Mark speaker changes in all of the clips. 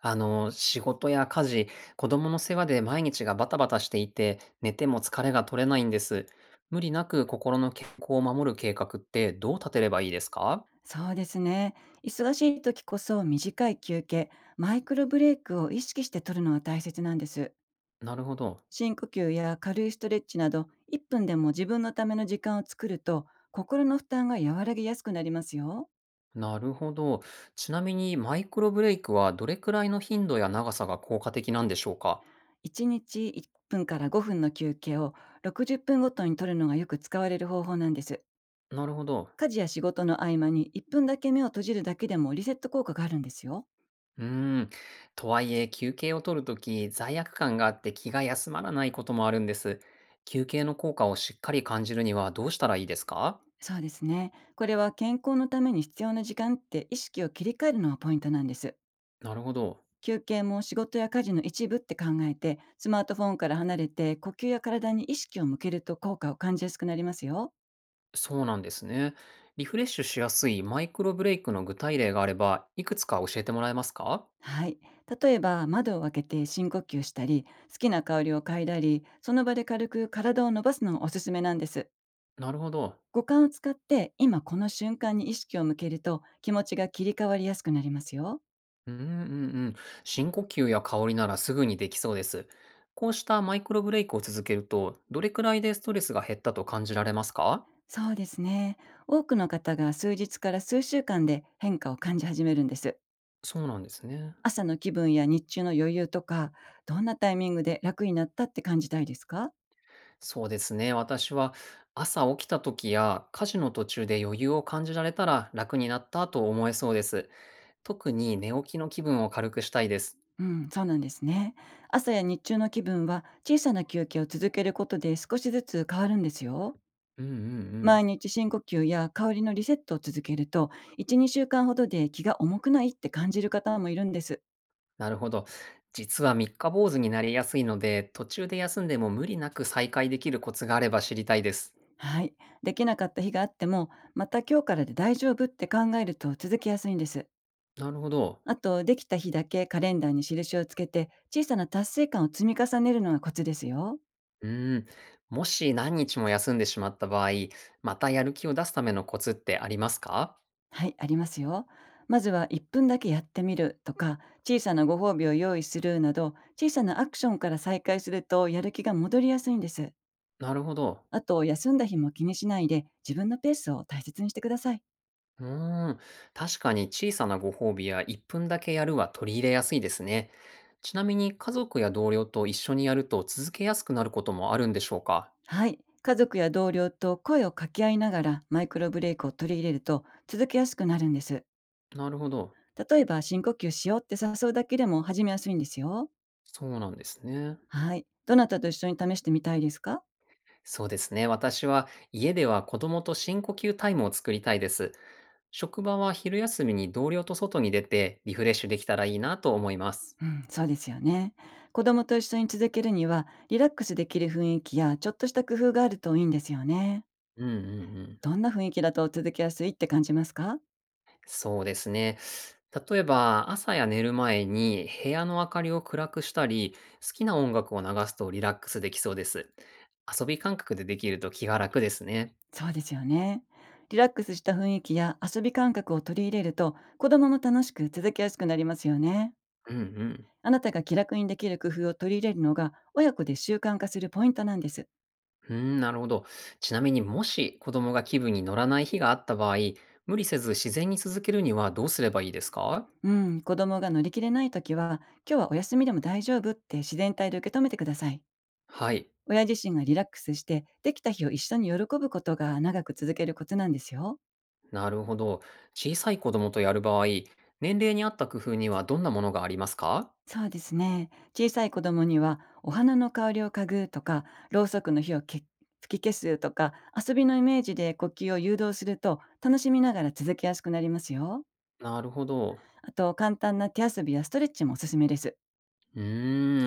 Speaker 1: 仕事や家事、子供の世話で毎日がバタバタしていて、寝ても疲れが取れないんです。無理なく心の健康を守る計画ってどう立てればいいですか？
Speaker 2: そうですね。忙しい時こそ短い休憩、マイクロブレイクを意識して取るのは大切なんです。
Speaker 1: なるほど。
Speaker 2: 深呼吸や軽いストレッチなど、1分でも自分のための時間を作ると、心の負担が和らぎやすくなりますよ。
Speaker 1: なるほど。ちなみにマイクロブレイクはどれくらいの頻度や長さが効果的なんでしょうか？
Speaker 2: 1日1分から5分の休憩を60分ごとに取るのがよく使われる方法なんです。
Speaker 1: なるほど。
Speaker 2: 家事や仕事の合間に1分だけ目を閉じるだけでもリセット効果があるんですよ。
Speaker 1: うーん。とはいえ、休憩を取るとき、罪悪感があって気が休まらないこともあるんです。休憩の効果をしっかり感じるにはどうしたらいいですか？
Speaker 2: そうですね。これは健康のために必要な時間って意識を切り替えるのがポイントなんです。
Speaker 1: なるほど。
Speaker 2: 休憩も仕事や家事の一部って考えて、スマートフォンから離れて呼吸や体に意識を向けると効果を感じやすくなりますよ。
Speaker 1: そうなんですね。リフレッシュしやすいマイクロブレイクの具体例があれば、いくつか教えてもらえますか？
Speaker 2: はい。例えば窓を開けて深呼吸したり、好きな香りを嗅いだり、その場で軽く体を伸ばすのがおすすめなんです。
Speaker 1: なるほど。
Speaker 2: 五感を使って今この瞬間に意識を向けると気持ちが切り替わりやすくなりますよ。
Speaker 1: うんうんうん。深呼吸や香りならすぐにできそうです。こうしたマイクロブレイクを続けると、どれくらいでストレスが減ったと感じられますか？
Speaker 2: そうですね。多くの方が数日から数週間で変化を感じ始めるんです。
Speaker 1: そうなんですね。
Speaker 2: 朝の気分や日中の余裕とか、どんなタイミングで楽になったって感じたいですか？
Speaker 1: そうですね。私は朝起きた時や家事の途中で余裕を感じられたら楽になったと思えそうです。特に寝起きの気分を軽くしたいです。
Speaker 2: うん、そうなんですね。朝や日中の気分は小さな休憩を続けることで少しずつ変わるんですよ。
Speaker 1: うんうんう
Speaker 2: 毎
Speaker 1: ん。
Speaker 2: 日深呼吸や香りのリセットを続けると、1、2週間ほどで気が重くないって感じる方もいるんです。
Speaker 1: なるほど。実は三日坊主になりやすいので、途中で休んでも無理なく再開できるコツがあれば知りたいです。
Speaker 2: はい。できなかった日があっても、また今日からで大丈夫って考えると続けやすいんです。
Speaker 1: なるほど。
Speaker 2: あと、できた日だけカレンダーに印をつけて、小さな達成感を積み重ねるのがコツですよ。
Speaker 1: うーん。もし何日も休んでしまった場合、またやる気を出すためのコツってありますか？
Speaker 2: はい、ありますよ。まずは1分だけやってみるとか、小さなご褒美を用意するなど、小さなアクションから再開するとやる気が戻りやすいんです。
Speaker 1: なるほど。
Speaker 2: あと、休んだ日も気にしないで、自分のペースを大切にしてください。
Speaker 1: うーん。確かに小さなご褒美や1分だけやるは取り入れやすいですね。ちなみに家族や同僚と一緒にやると続けやすくなることもあるんでしょうか？
Speaker 2: はい、家族や同僚と声を掛け合いながらマイクロブレイクを取り入れると続けやすくなるんです。
Speaker 1: なるほど。
Speaker 2: 例えば深呼吸しようって誘うだけでも始めやすいんですよ。
Speaker 1: そうなんですね。
Speaker 2: はい。どなたと一緒に試してみたいですか？
Speaker 1: そうですね。私は家では子供と深呼吸タイムを作りたいです。職場は昼休みに同僚と外に出てリフレッシュできたらいいなと思います。
Speaker 2: うん、そうですよね。子供と一緒に続けるには、リラックスできる雰囲気や、ちょっとした工夫があるといいんですよね。
Speaker 1: うんうんうん。
Speaker 2: どんな雰囲気だと続けやすいって感じますか？
Speaker 1: そうですね。例えば朝や寝る前に部屋の明かりを暗くしたり、好きな音楽を流すとリラックスできそうです。遊び感覚でできると気が楽ですね。
Speaker 2: そうですよね。リラックスした雰囲気や遊び感覚を取り入れると、子供も楽しく続けやすくなりますよね。
Speaker 1: うんうん。
Speaker 2: あなたが気楽にできる工夫を取り入れるのが、親子で習慣化するポイントなんです。
Speaker 1: うーん、なるほど。ちなみにもし子供が気分に乗らない日があった場合、無理せず自然に続けるにはどうすればいいですか？
Speaker 2: うん、子供が乗り切れないときは、今日はお休みでも大丈夫って自然体で受け止めてください。
Speaker 1: はい。
Speaker 2: 親自身がリラックスして、できた日を一緒に喜ぶことが長く続けるコツなんですよ。
Speaker 1: なるほど。小さい子供とやる場合、年齢に合った工夫にはどんなものがありますか？
Speaker 2: そうですね。小さい子供には、お花の香りを嗅ぐとか、ろうそくの火をけ吹き消すとか、遊びのイメージで呼吸を誘導すると、楽しみながら続けやすくなりますよ。
Speaker 1: なるほど。
Speaker 2: あと、簡単な手遊びやストレッチもおすすめです。
Speaker 1: う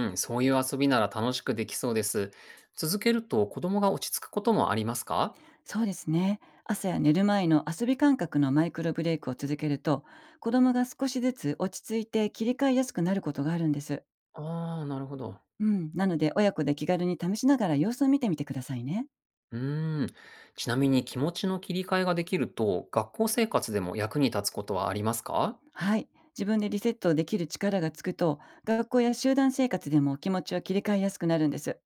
Speaker 1: ーん、そういう遊びなら楽しくできそうです。続けると子供が落ち着くこともありますか？
Speaker 2: そうですね。朝や寝る前の遊び感覚のマイクロブレイクを続けると、子供が少しずつ落ち着いて切り替えやすくなることがあるんです。
Speaker 1: ああー、なるほど。
Speaker 2: うん、なので親子で気軽に試しながら様子を見てみてくださいね。
Speaker 1: うーん。ちなみに気持ちの切り替えができると、学校生活でも役に立つことはありますか？
Speaker 2: はい。自分でリセットできる力がつくと、学校や集団生活でも気持ちを切り替えやすくなるんです。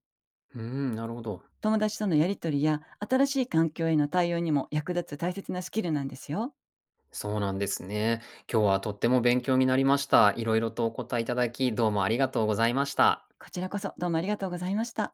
Speaker 1: うーん、なるほど。
Speaker 2: 友達とのやりとりや新しい環境への対応にも役立つ大切なスキルなんですよ。
Speaker 1: そうなんですね。今日はとっても勉強になりました。いろいろとお答えいただき、どうもありがとうございました。
Speaker 2: こちらこそどうもありがとうございました。